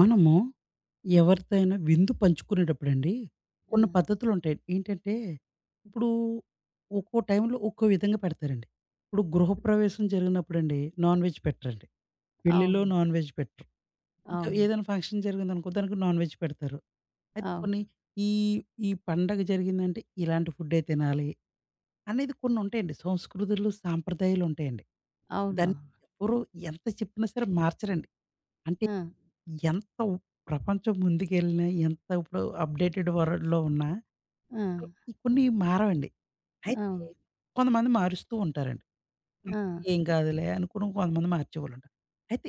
మనము హ్మ్. ఎవరితో అయినా విందు పంచుకునేటప్పుడండి ఆ! కొన్ని పద్ధతులు ఉంటాయి. ఏంటంటే, ఇప్పుడు ఒక్కో టైంలో ఒక్కో విధంగా పెడతారండి. ఇప్పుడు గృహప్రవేశం జరిగినప్పుడండి నాన్ వెజ్ పెట్టరండి. పెళ్ళిలో అవును. నాన్ వెజ్ పెట్టరు. ఇంకా అవును. ఏదైనా ఫంక్షన్ జరిగిందనుకో దానికి నాన్ వెజ్ పెడతారు. అయితే అవును. కొన్ని ఈ ఈ పండగ జరిగిందంటే ఇలాంటి ఫుడ్డే తినాలి అనేది కొన్ని ఉంటాయండి. సంస్కృతులు, సాంప్రదాయాలు ఉంటాయండి. దాన్ని అవునవును. ఎవరు ఎంత చెప్పినా సరే మార్చరండి. అంటే ఆ! ఎంత ఉ ప్రపంచం ముందుకెళ్ళినా, ఎంత ఇప్పుడు అప్‌డేటెడ్ వరల్డ్‌లో ఉన్నా, ఆ! అసలు ఈ కొన్ని మారవండి. అయితే అవును. కొంతమంది మారుస్తూ ఉంటారండి. ఆ! ఏం కాదులే అనుకుని కొంతమంది మార్చేవాళ్ళుంటారు. అయితే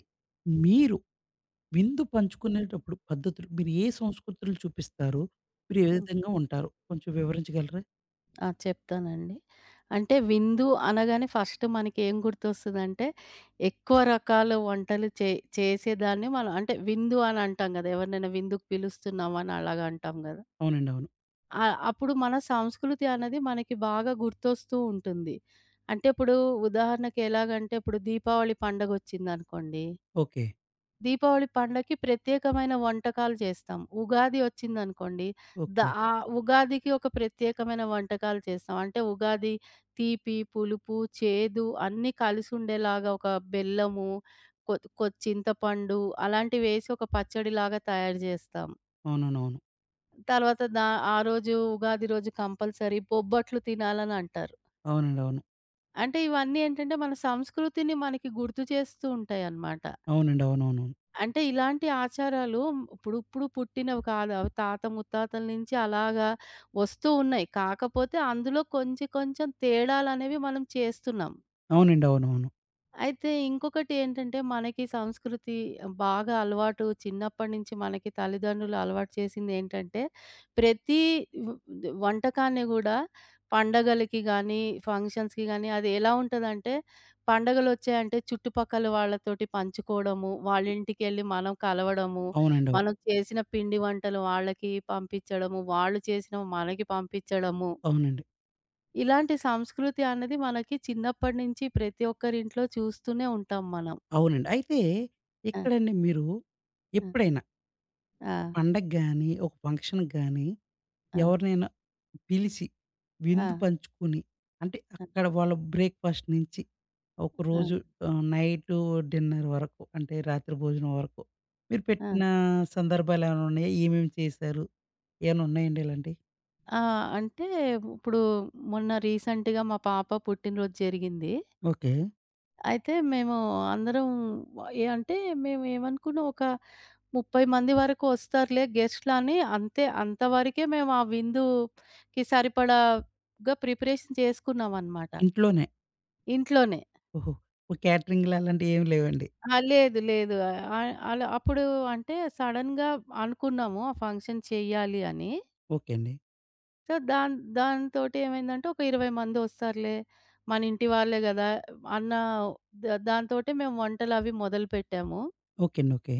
మీరు విందు పంచుకునేటప్పుడు పద్ధతులు మీరు ఏ సంస్కృతులు చూపిస్తారు? మీరు ఏ హ్మ్. విధంగా ఉంటారు? కొంచెం వివరించగలరా? ఆ! చెప్తానండి. అంటే విందు అనగానే ఫస్ట్ మనకేం గుర్తొస్తదంటే, ఎక్కువ రకాల వంటలు చేసేదాన్ని మనం అంటే విందు అని అంటాం గదా! ఎవరినైనా విందుకు పిలుస్తున్నాం అని అలాగా అంటాం గదా! అవునండి, అవును. ఆ! అప్పుడు మన సంస్కృతి అనేది మనకి బాగా గుర్తొస్తూ ఉంటుంది. అంటే ఇప్పుడు ఉదాహరణకి ఎలాగంటే ఇప్పుడు దీపావళి పండగొచ్చిందనుకోండి. ఓకే. దీపావళి పండగకి ప్రత్యేకమైన వంటకాలు చేస్తాం. ఉగాది వచ్చిందనుకోండి, ద ఓకే. ఉగాదికి ఒక ప్రత్యేకమైన వంటకాలు చేస్తాం. అంటే ఉగాది తీపి, పులుపు, చేదు అన్నీ కలిసుండేలాగా ఒక బెల్లము, కొ కొ చింతపండు అలాంటివేసి ఒక పచ్చడిలాగా తయారు జేస్తాం. అవునవునవును. తర్వాత దా ఆ రోజు ఉగాది రోజు కంపల్సరీ బొబ్బట్లు తినాలని అంటారు. అవునండి, అవును. అంటే ఇవన్నీ ఏంటంటే మన సంస్కృతిని మనకి గుర్తు చేస్తూ ఉంటాయన్నమాట. అవునండి, అవునవునవును. అంటే ఇలాంటి ఆచారాలు ఇప్పుడు ఇప్పుడు పుట్టినవి కాదు. అవి తాత ముత్తాతల నుంచి అలాగా వస్తూ ఉన్నాయి. కాకపోతే అందులో కొంచెం కొంచెం తేడాలనేవి మనం చేస్తున్నాం. అవునండి, అవునవును. అయితే ఇంకొకటేంటంటే, మనకి సంస్కృతి బాగా అలవాటు చిన్నప్పటి నుంచి మనకి తల్లిదండ్రులు అలవాటు చేసిందేంటంటే, ప్రతి వ్ ద వంటకాన్ని గూడా పండగలకి గానీ, ఫంక్షన్స్‌కి గానీ అది ఎలా ఉంటదంటే, పండగలొచ్చాయంటే చుట్టుపక్కల వాళ్ళతోటి పంచుకోవడము, వాళ్ళింటికెళ్ళి మనం కలవడము, అవునండి, అవును. మనం చేసిన పిండి వంటలు వాళ్ళకి పంపించడము, వాళ్ళు చేసినవి మనకి పంపించడము. అవునండి. ఇలాంటి సంస్కృతి అనేది మనకి చిన్నప్పటి నుంచి ప్రతి ఒక్కరింట్లో చూస్తూనే ఉంటాం మనం. అవునండి. అయితే ఆ! ఇక్కడండి మీరు ఆ! ఎప్పుడైనా ఆ! పండగకి గాని, ఒక ఫంక్షన్‌కి గాని ఎవరినైనా పిలిచి ఆ! విందు పంచుకొని అంటే ఆ! అక్కడ వాళ్ళ బ్రేక్‌ఫాస్ట్ నుంచి ఆ! ఆ! ఒకరోజు నైటు డిన్నర్ వరకు అంటే రాత్రి భోజనం వరకు మీరు ఆ! పెట్టిన సందర్భాలేమైనా ఉన్నాయా? ఏమేమి చేశారు? ఏమైనా ఉన్నాయండి ఇలాంటియి? ఆ! అంటే ఇప్పుడు మొన్న రీసెంట్‌గా మా పాప పుట్టినరోజు జరిగింది. ఓకే. అయితే మేము అందరం ఏ అంటే మేము ఏమనుకున్నాం ఒక 30 మంది వరకు వస్తారులే గెస్ట్‌లని, అంతే అంతవరకే మేము ఆ విందుకి సరిపడాగా ప్రిపరేషన్ చేసుకున్నామనమాట. ఇంట్లోనే. ఇంట్లోనే. ఓహో! ఒక క్యాటరింగ్‌లు అలాంటివి ఏమి లేవండి. లేదు, లేదు. అలా అప్పుడు అంటే సడెన్‌గా అనుకున్నాము ఆ ఫంక్షన్ చేయాలి అని. ఓకే అండి. సో, దాంతోటి ఏమైందంటే ఒక 20 మంది వస్తారులే. మన ఇంటి వాళ్ళే గదా! అన్న ద దాంతోటే మేము వంటలవి మొదలుపెట్టాము. ఓకే అండి. ఓకే.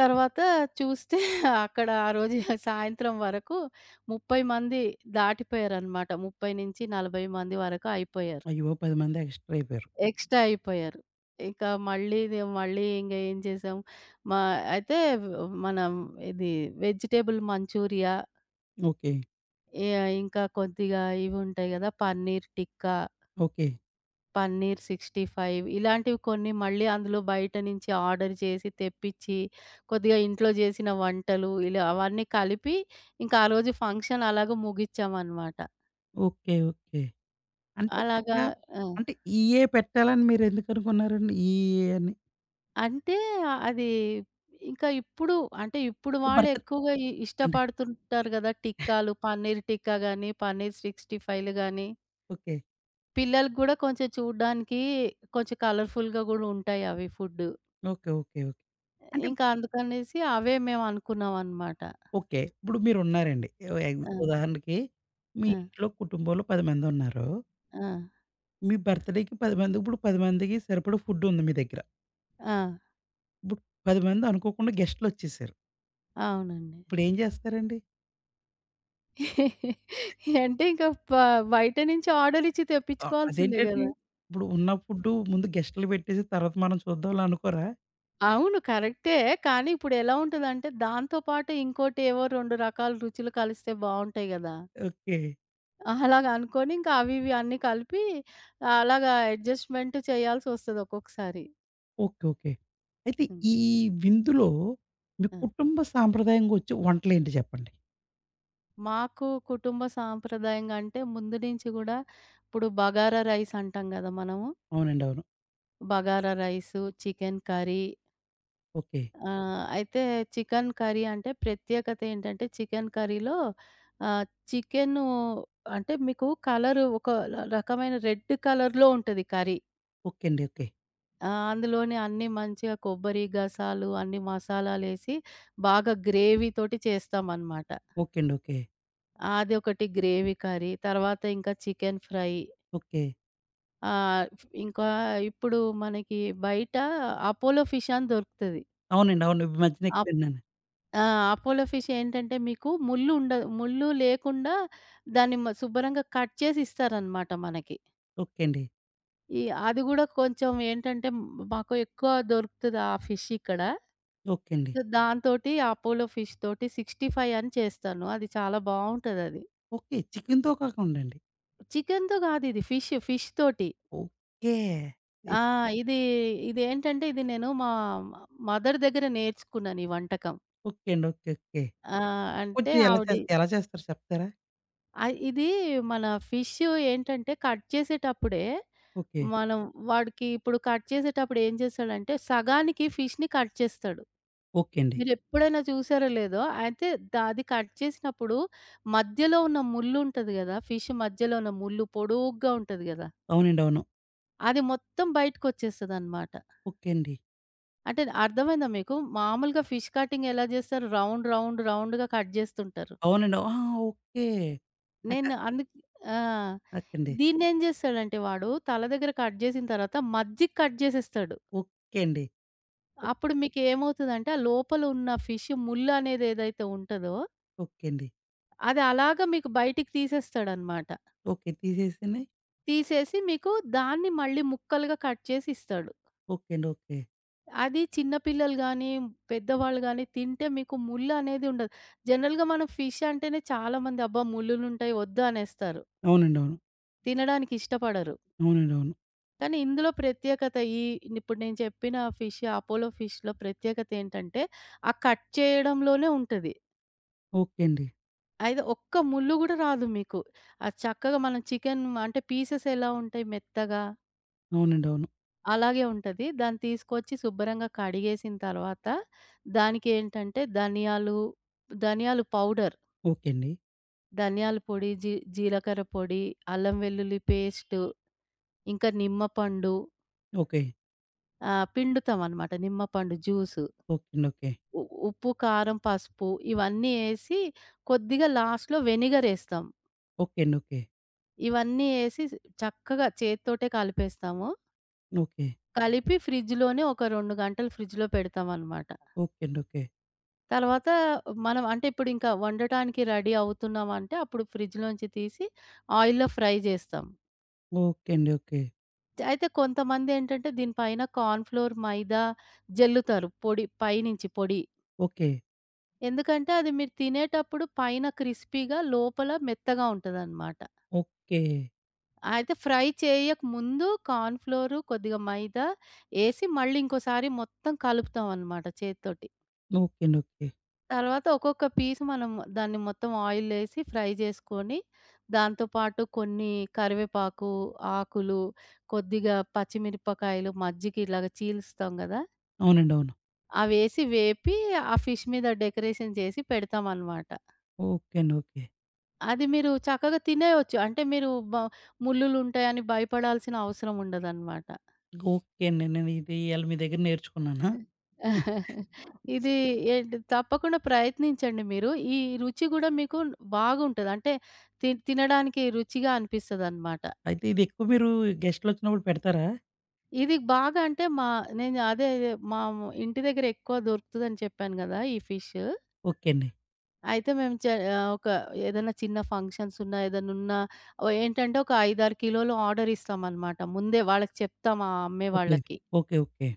తర్వాత చూస్తే అక్కడ ఆ రోజు సాయంత్రం వరకు 30 మంది దాటిపోయారనమాట. 30-40 మంది వరకు అయిపోయారు. అయ్యో! 10 మంది ఎక్స్‌ట్రా అయిపోయారు. ఎక్స్‌ట్రా అయిపోయారు. ఇక మళ్ళీ ఇది మళ్ళీ ఇంగ ఏం చేసాం, మా అయితే మనం ఇది వెజిటబుల్ మంచూరియా, ఓకే. యాహ్! ఇంకా కొద్దిగా ఇవి ఉంటాయి గదా! పన్నీర్ టిక్కా, ఓకే. పన్నీర్ 65 ఇలాంటివి కొన్ని మళ్ళీ అందులో బయట నుంచి ఆర్డర్ చేసి, తెప్పిచ్చి, కొద్దిగా ఇంట్లో జేసిన వంటలు ఇలా అవన్నీ కలిపి, ఇంకా ఆ రోజు ఫంక్షన్ అలాగా ముగిచ్చామనమాట. ఓకే. ఓకే. అంటే అక్కడ అలాగా ఆ! అంటే ఈఏ పెట్టాలని మీరెందుకనుకున్నారండి? ఈఏ అని. అంటే అది ఇంకా ఇప్పుడు అంటే ఇప్పుడు వాళ్ళు భర్త ఎక్కువగా అండి. ఇష్టపడుతుంటారు గదా! టిక్కాలు, పన్నీర్ టిక్కా గాని, పన్నీర్ 65లు గాని, ఓకే. పిల్లలకి గూడా కొంచెం చూడ్డానికి కొంచెం కలర్‌ఫుల్‌గా గూడా ఉంటాయి అవి ఫుడ్. ఓకే. ఓకే. ఓకే. అంటే ఇంకా అందుకనేసి అవే మేము అనుకున్నామనమాట. ఓకే. ఇప్పుడు మీరున్నారండి. ఎవ్ ఎగ్ ఆ! ఉదాహరణకి మీ ఆ! ఇంట్లో కుటుంబంలో 10 మందున్నారు. ఆ! మీ బర్త్‌డేకి 10 మంది ఇప్పుడు 10 మందికి సరిపడా ఫుడ్డుంది మీ దగ్గర. ఆ! ఇప్పుడు 10 మంది అనుకోకుండా గెస్టులొచ్చేసారు. అవునండి. ఇప్పుడేం జేస్తారండి? అంటే ఇంకా ప బయట నుంచి ఆర్డర్ ఇచ్చి ఆ! తెప్పించుకోవాల్సిందే అదేంటండి? గదా! ఇప్పుడు ఉన్న ఫుడ్డు ముందు గెస్టులు పెట్టేసి తర్వాత మనం చూద్దాంలే అనుకోరా? అవును, కరెక్టే. కానీ ఇప్పుడెలా ఉంటదంటే, దాంతో పాటు ఇంకోటేవో 2 రకాల రుచులు కలిస్తే బావుంటాయి గదా! ఓకే. అలాగ అనుకోని ఇంకా అవి ఇవి అన్నీ కలిపి అలాగా అడ్జస్ట్‌మెంట్ చేయాల్సొస్తది ఒక్కొక్కసారి. ఓకే. ఓకే. అయితే హ్మ్. ఈ విందులో మీ ఆ! కుటుంబ సాంప్రదాయంగా వచ్చే వంటలేంటి చెప్పండి? మాకు కుటుంబ సాంప్రదాయంగా అంటే ముందు నుంచి గూడా ఇప్పుడు బగారా రైస్ అంటాం గదా! మనము. అవునండి, అవును. Bagara rice, chicken curry. Okay. ఆ! అయితే చికెన్ కర్రీ అంటే ప్రత్యేకత ఏంటంటే చికెన్ కర్రీలో ఆహ్, చికెను అంటే మీకు కలరు ఒక రకమైన రెడ్ కలర్‌లో ఉంటది కర్రీ. ఓకే అండి. ఓకే. అందులోనే అన్నీ మంచిగా కొబ్బరి, గసాలు అన్ని మసాలాలేసి బాగా గ్రేవీతోటి చేస్తామనమాట. ఓకే అండి. ఓకే. అది ఒకటి గ్రేవీ కర్రీ. తర్వాత ఇంకా చికెన్ ఫ్రై. ఓకే. ఆహ్, ఇంకా ఇప్పుడు మనకి బయట అపోలో ఫిష్ అని దొరుకుతది. అవునండి, అవును. ఈ మధ్యన ఎక్కువ విన్నాను. ఆ! అపోలో ఫిష్ ఏంటంటే మీకు ముళ్ళు ఉండదు. ముళ్ళు లేకుండా దాన్ని శుభ్రంగా కట్ చేసి ఇస్తారనమాట మనకి. ఓకే అండి. ఈ అది గూడా కొంచెం ఏంటంటే మాకు ఎక్కువ దొరుకుతది ఆ ఫిష్ ఇక్కడ. ఓకే అండి. సో, దాంతోటి అపోలో ఫిష్ తోటి 65 అని చేస్తాను. అది చాలా బావుంటదది. ఓకే. చికెన్‌తో కాకుండాండి. చికెన్‌తో గాదు, ఇది ఫిష్, ఫిష్ తోటి. ఓకే. ఆ! ఇప్ ఇది ఇదేంటంటే ఇది నేను మా మదర్ దగ్గర నేర్చుకున్నాను ఈ వంటకం. ఓకే అండి. ఓకే. ఓకే. ఆ! అంటే కొంచెం ఆవిడ ఎలా చేస్తారో చెప్తారా? ఆ! ఇది మన ఫిష్ ఏంటంటే కట్ చేసేటప్పుడే ఓకే. మనం వాడికి ఇప్పుడు కట్ చేసేటప్పుడు ఏం చేస్తాడంటే సగానికి ఫిష్‌ని కట్ చేస్తాడు. ఓకే అండి. మీరెప్పుడైనా చూసారో లేదో అయితే అది కట్ చేసినప్పుడు మధ్యలో ఉన్న ముల్లు ఉంటది గదా! ఫిష్ మధ్యలో ఉన్న ముల్లు పొడుగ్గా ఉంటది గదా! అవునండి, అవును. అది మొత్తం బయటకొచ్చేస్తదనమాట. ఓకే అండి. అంటే అర్థమైందా మీకు? మామూలుగా ఫిష్ కటింగ్ ఎలా చేస్తారు, రౌండ్ రౌండ్ రౌండ్‌గా కట్ చేస్తుంటారు. అవునండి, ఆహా! ఓకే. నాక నేను అందుక్ ఆ! ఓకే అండి. దీన్నేం జేస్తాడంటే వాడు తల దగ్గర కట్ జేసిన తర్వాత మధ్యకి కట్ జేసేస్తాడు. ఓకే అండి. ఓ అప్పుడు మీకేమవుతదంటే ఆ లోపల ఉన్న ఫిష్ ముల్లు అనేది ఏదైతే ఉంటదో, ఓకే అండి. అది అలాగా మీకు బయటికి తీసేస్తాడనమాట. ఓకే. తీసేసినయి తీసేసి మీకు దాన్ని మళ్ళీ ముక్కలుగా కట్ చేసి ఇస్తాడు. ఓకే అండి. ఓకే. అది చిన్న పిల్లలు గానీ, పెద్దవాళ్ళు గానీ తింటే మీకు ముల్లు అనేది ఉండదు. జనరల్‌గా మనం ఫిష్ అంటేనే చాలా మంది అబ్బా! ముళ్ళులుంటాయి వద్దు అనేస్తారు. అవునండి, అవును. తినడానికి ఇష్టపడరు. అవునండి, అవును. కానీ ఇందులో ప్రత్యేకత ఈ ఇప్పుడు నేను చెప్పిన ఫిష్, అపోలో ఫిష్‌లో ప్రత్యేకత ఏంటంటే, ఆ కట్ చేయడంలోనే ఉంటది. ఓకే అండి. అయితే ఒక్క ముల్లు గూడా రాదు మీకు. అది చక్కగా, మనం చికెన్ అంటే పీసెస్ ఎలా ఉంటాయి మెత్తగా, అవునండి, అవును. అలాగే ఉంటది. దాన్ని తీసుకొచ్చి శుభ్రంగా కడిగేసిన తర్వాత, దానికి ఏంటంటే ధనియాలు, ధనియాలు పౌడర్, ఓకే అండి. ధనియాల పొడి, జీలకర్ర పొడి, అల్లం వెల్లుల్లి పేస్టు, ఇంకా నిమ్మపండు. ఓకే. పిండుతామనమాట నిమ్మపండు జ్యూసు. ఓకే అండి. ఓకే. ఉ ఉప్పు, కారం, పసుపు ఇవన్నీ ఏసి కొద్దిగా లాస్ట్‌లో వెనిగరేస్తాం. ఓకే అండి. ఓకే. ఇవన్నీ ఏసి స్ చక్కగా చేత్తోటే కలిపేస్తాము. ఓకే. కలిపి ఫ్రిడ్జ్‌లోనే ఒక 2 గంటలు ఫ్రిడ్జ్‌లో పెడతామనమాట. ఓకే అండి. ఓకే. తర్వాత మనం అంటే ఇప్పుడింకా వండటానికి రెడీ అవుతున్నామంటే అప్పుడు ఫ్రిడ్జ్‌లోంచి తీసి ఆయిల్‌లో ఫ్రై జేస్తాం. ఓకే అండి. ఓకే. అయితే కొంతమందేంటంటే దీని పైన కార్న్ ఫ్లోర్, మైదా జల్లుతారు పొడి, పైనుంచి పొడి. ఓకే. ఎందుకంటే అది మీరు తినేటప్పుడు పైన క్రిస్పీగా లోపల మెత్తగా ఉంటదనమాట. ఓకే. అయితే ఫ్రై చేయకముందు కార్న్ ఫ్లోర్, కొద్దిగా మైదా ఏసి మళ్ళీ ఇంకోసారి మొత్తం కలుపుతామనమాట చేత్తోటి. ఓకే అండి. ఓకే. తర్వాత ఒక్కొక్క పీస్ మనం దాన్ని మొత్తం ఆయిలేసి ఫ్రై జేసుకొని, దాంతో పాటు కొన్ని కరివేపాకు ఆకులు, కొద్దిగా పచ్చిమిరపకాయలు మజ్జికి ఇలాగ చీలుస్తాం గదా! అవునండి, అవును. అవేసి వేపి ఆ ఫిష్ మీద డెకరేషన్ చేసి పెడతామనమాట. ఓకే అండి. ఓకే. అది మీరు చక్కగా తినేయొచ్చు. అంటే మీరు బ ముల్లులుంటాయని భయపడాల్సిన అవసరం ఉండదనమాట. ఓకే అండి. నేను ఇది ఇయాల మీ దగ్గర నేర్చుకున్నానా? హ్మ్. ఇది ఏంటి, తప్పకుండా ప్రయత్నించండి మీరు. ఈ రుచి గూడా మీకు బాగుంటది. అంటే తినడానికి రుచిగా అనిపిస్తదనమాట. అయితే ఇది ఎక్కువ మీరు గెస్ట్‌లొచ్చినప్పుడు పెడతారా? ఇది బాగా అంటే మా నేను అదే మా ఇంటి దగ్గర ఎక్కువ దొరుకుతదని చెప్పాను గదా! ఈ ఫిష్. ఓకే అండి. అయితే ఒక ఏదైనా చిన్న ఫంక్షన్స్ ఉన్నా, ఏదైనా ఉన్నా ఏంటంటే ఒక 5, 6 కిలోలు ఆర్డర్ ఇస్తామనమాట. ముందే వాళ్ళకి చెప్తాం ఆ అమ్మే ఓకే. వాళ్ళకి. ఓకే. ఓకే.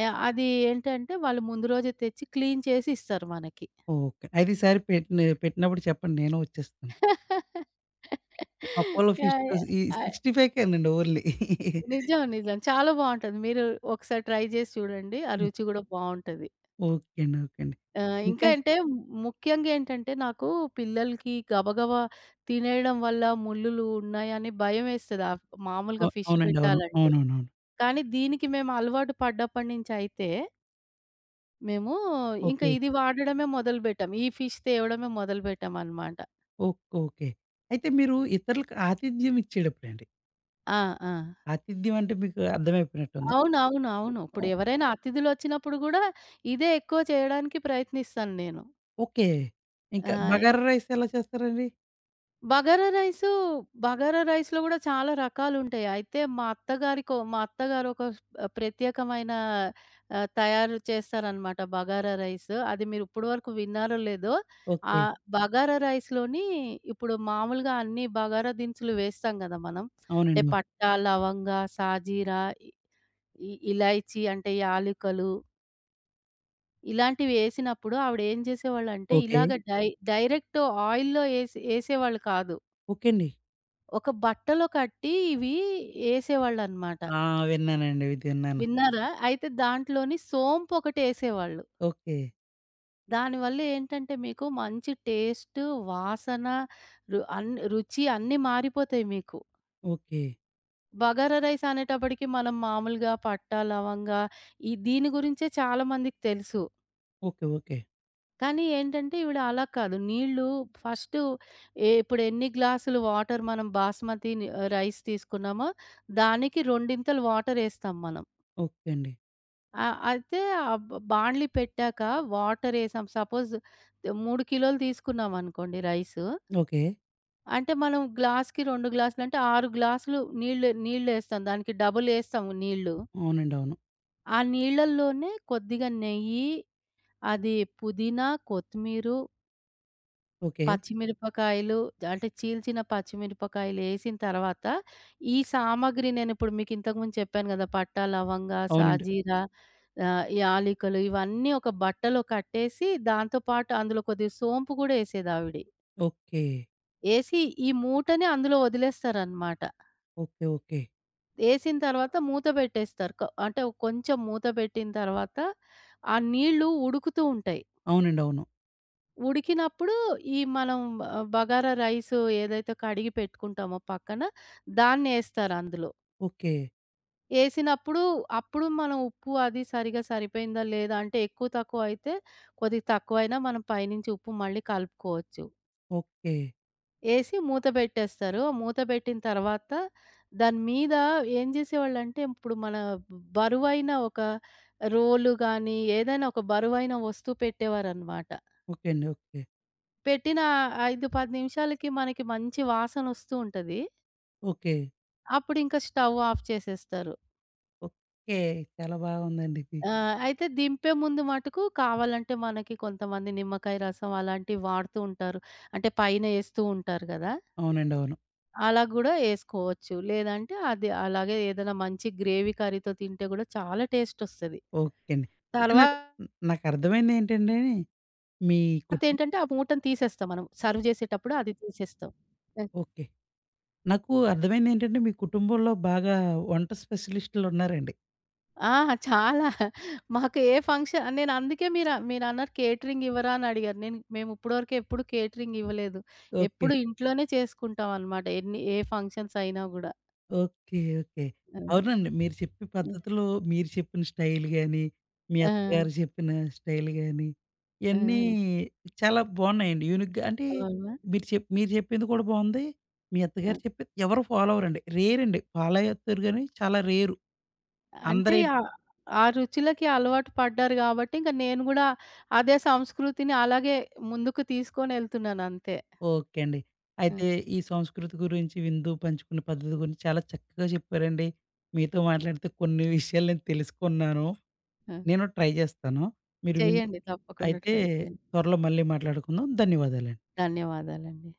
యాహ్! అది ఏంటంటే వాళ్ళు ముందు రోజే తెచ్చి క్లీన్ చేసి ఇస్తారు మనకి. ఓకే. అయితే ఈసారి పెట్టినప్పుడు చెప్పండి. నేను వచ్చేస్తాను. Apollo fish yeah! Fry yeah! ఈ ఆహ్, 65 కేనండి ఓన్లీ. నిజం, నిజం. చాలా బావుంటది. మీరు ఒకసారి ట్రై చేసి చూడండి. ఆ హ్మ్. రుచి గూడా బావుంటది. ఓకే అండి. ఓకే అండి. ఆహ్, ఇంకా ఇంకా అంటే ముఖ్యంగా ఏంటంటే నాకు పిల్లలకి గబగబా తినేయడం వల్ల ముల్లులు ఉన్నాయని భయమేస్తది. మామూలుగా ఫిష్ అవునండి, అవును. పెట్టాలంటే. అవునవునవును. కానీ దీనికి మేము అలవాటు పడ్డప్పటి నుంచి అయితే మేము ఇంకా ఓకే. ఇది వాడడమే మొదలుపెట్టాం. ఈ ఫిష్ తేవడమే మొదలుపెట్టామనమాట. ఓకే. ఓకే. అయితే మీరు ఇతరులకు ఆతిథ్యం ఇచ్చేటప్పుడండి, ఆ! ఆ! ఆతిథ్యం అంటే మీకు అర్థమైపోయినట్టుంది. అవునవును, అవును. అవును, ఓ ఇప్పుడు ఎవరైనా అతిథులొచ్చినప్పుడు గూడా ఇదే ఎక్కువ చేయడానికి ప్రయత్నిస్తాను నేను. ఓకే. ఇంకా ఆహ్, ఎ బగారా రైస్ ఎలా చేస్తారండి? బగారా రైసు, బగారా రైస్‌లో గూడా చాలా రకాలుంటాయి. అయితే మా అత్తగారు ఒక ప్రత్యేకమైన తయారు చేస్తారనమాట బగారా రైస్. అది మీరు ఇప్పటి వరకు విన్నారో లేదో, ఆ ఓకే. బగారా రైస్‌లోని ఇప్పుడు మామూలుగా అన్ని బగారా దినుసులు వేస్తాం గదా మనం. అంటే అవునండి. పట్టా, లవంగా, సాజీరా, ఇ ఇ- ఇలైచి అంటే యాలుకలు ఇలాంటివి ఏసినప్పుడు ఆవిడేం జేసేవాళ్ళంటే, ఓకే. ఇలాగ డైరెక్ట్ ఆయిల్‌లో ఏసి ఏసేవాళ్ళు కాదు. ఓకే అండి. ఒక బట్టలో కట్టి ఇవి ఏసేవాళ్ళనమాట. ఆ! విన్నానండి. ఇది విన్నాను. విన్నారా? అయితే దాంట్లోని సోంపొకటేసేవాళ్ళు. ఓకే. దానివల్ల ఏంటంటే మీకు మంచి టేస్ట్, వాసన, రు అన్ రుచి అన్నీ మారిపోతాయి మీకు. ఓకే. బగారా రైస్ అనేటప్పటికి మనం మామూలుగా పట్టా, లవంగా, ఈ దీని గురించే చాలా మందికి తెలుసు. ఓకే. ఓకే. కానీ ఏంటంటే ఈవిడ అలా కాదు. నీళ్ళు ఫస్టు ఇప్పుడు ఎన్ని గ్లాసులు వాటర్ మనం బాస్మతి ని రైస్ తీసుకున్నామో, దానికి రెండింతలు వాటరేస్తాం మనం. ఓకే అండి. అయితే ఆ బ బాండ్లి పెట్టాక వాటరేసాం. సపోజ్ 3 కిలోలు తీసుకున్నామనుకోండి రైసు. ఓకే. అంటే మనం గ్లాస్‌కి 2 గ్లాసులంటే 6 గ్లాసులు నీళ్ళేస్తాం. దానికి డబులేస్తాం నీళ్ళు. అవునండి, అవును. ఆ నీళ్ళల్లోనే కొద్దిగా నెయ్యి, అది పుదీనా, కొత్తిమీరు, ఓకే. పచ్చిమిరపకాయలు అంటే చీల్చిన పచ్చిమిరపకాయలేసిన తర్వాత, ఈ సామాగ్రి నేనిప్పుడు మీకింతకుముందు చెప్పాను గదా! పట్టా, లవంగా, అవునండి. సాజీరా, యాలికలు ఇవన్నీ ఒక బట్టలో కట్టేసి, దాంతో పాటు అందులో కొద్దిగా సోంపు గూడా యేసేదావిడి. ఓకే. యేసి ఈ మూటని అందులో వదిలేస్తారనమాట. ఓకే. ఓకే. యేసిన తర్వాత మూత బెట్టేస్తారు. అంటే కొంచెం మూత బెట్టిన తర్వాత, ఆ నీళ్ళు ఉడుకుతూ ఉంటాయి. అవునండి, అవును. ఉడికినప్పుడు ఈ మనం బగారా రైసు ఏదైతే కడిగి పెట్టుకుంటామో పక్కన, దాన్నేస్తారు అందులో. ఓకే. ఏసినప్పుడు, అప్పుడు మనం ఉప్పు అది సరిగ్గా సరిపోయిందా లేదా, అంటే ఎక్కువ తక్కువ అయితే, కొద్దిగా తక్కువైనా మనం పైనుంచి ఉప్పు మళ్ళీ కలుపుకోవచ్చు. ఓకే. ఏసి మూత బెట్టేస్తారు. మూత బెట్టిన తర్వాత, దాని మీద ఏం జేసేవాళ్ళంటే, ఇప్పుడు మన బరువైన ఒక రోలు గానీ, ఏదైనా ఒక బరువైన వస్తువు పెట్టేవారనమాట. ఓకే అండి. ఓకే. పెట్టిన 5, 10 నిమిషాలకి మనకి మంచి వాసనొస్తూ ఉంటది. ఓకే. అప్పుడింక స్టవ్ ఆఫ్ చేసేస్తారు. ఓకే. చాలా బాగుందండి ఇది. అయితే దింపే ముందు మటుకు కావాలంటే మనకి కొంతమంది నిమ్మకాయ రసం అలాంటివి వాడుతూ ఉంటారు. అంటే పైన ఏస్తూ ఉంటారు గదా! అవునండి, అవును. అలా గూడా ఏసుకోవచ్చు. లేదంటే అది అలాగే ఏదైనా మంచి గ్రేవీ కర్రీతో తింటే గూడా చాలా టేస్టొస్తది. ఓకే అండి. అయితే నాకు తర్వాతేంటంటే నాకర్థమైందేంటంటే మీ కుటుం ఆ మూటను తీసేస్తాం మనం. సర్వ్ చేసేటప్పుడు అది తీసేస్తాం. ఓకే. నాకు అర్థమైందేంటంటే మీ కుటుంబంలో బాగా వంట స్పెషలిస్టులున్నారండి. ఆ! చాలా. మాకు ఏ ఫంక్షన్, నేను అందుకే మీరు కేటరింగ్ ఇవ్వరా అని అడిగారు. మేము ఇప్పటివరకు ఎప్పుడు కేటరింగ్ ఇవ్వలేదు. ఓకే. ఎప్పుడు ఇంట్లోనే చేసుకుంటాం అన్నమాట, ఎన్ని ఏ ఫంక్షన్స్ అయినా గూడా. ఓకే. ఓకే. హ్మ్. అవునండి. మీరు చెప్పే హ్మ్. పద్ధతిలో మీరు చెప్పిన స్టైల్ గాని, మీ ఆ! అత్తగారు చెప్పిన స్టైల్ గాని, ఆ! ఇయన్నీ చాలా బావున్నాయండి. యూనిక్‌గా అంటే అవునా? మీరు చెప్పింది కూడా బావుంది. మీ ఆ! అత్తగారు చెప్పేది ఎవరు ఫాలో అవ్వరండి. రేర్ అండి. ఫాలో అవుతారు గానీ చాలా రేరు. అంటే అందరేంటి ఆ రుచులకి అలవాటు పడ్డారు గాబట్టి, ఇంక నేను గూడా అదే సంస్కృతిని అలాగే ముందుకు తీసుకొనెళ్తున్నాను అంతే. ఓకే అండి. హ్మ్. అయితే ఈ సంస్కృతి గురించి, విందు పంచుకునే పద్ధతి గురించి చాలా చక్కగా చెప్పారండి. మీతో మాట్లాడితే కొన్ని విషయాలు నేను తెలుసుకున్నాను. హ్మ్. నేను ట్రై చేస్తాను. మీరు విన్ చేయండి. తప్పకుండా అయితే ట్రై చేయండి. త్వరలో మళ్ళీ మాట్లాడుకుందాం. ధన్యవాదాలండి. ధన్యవాదాలండి.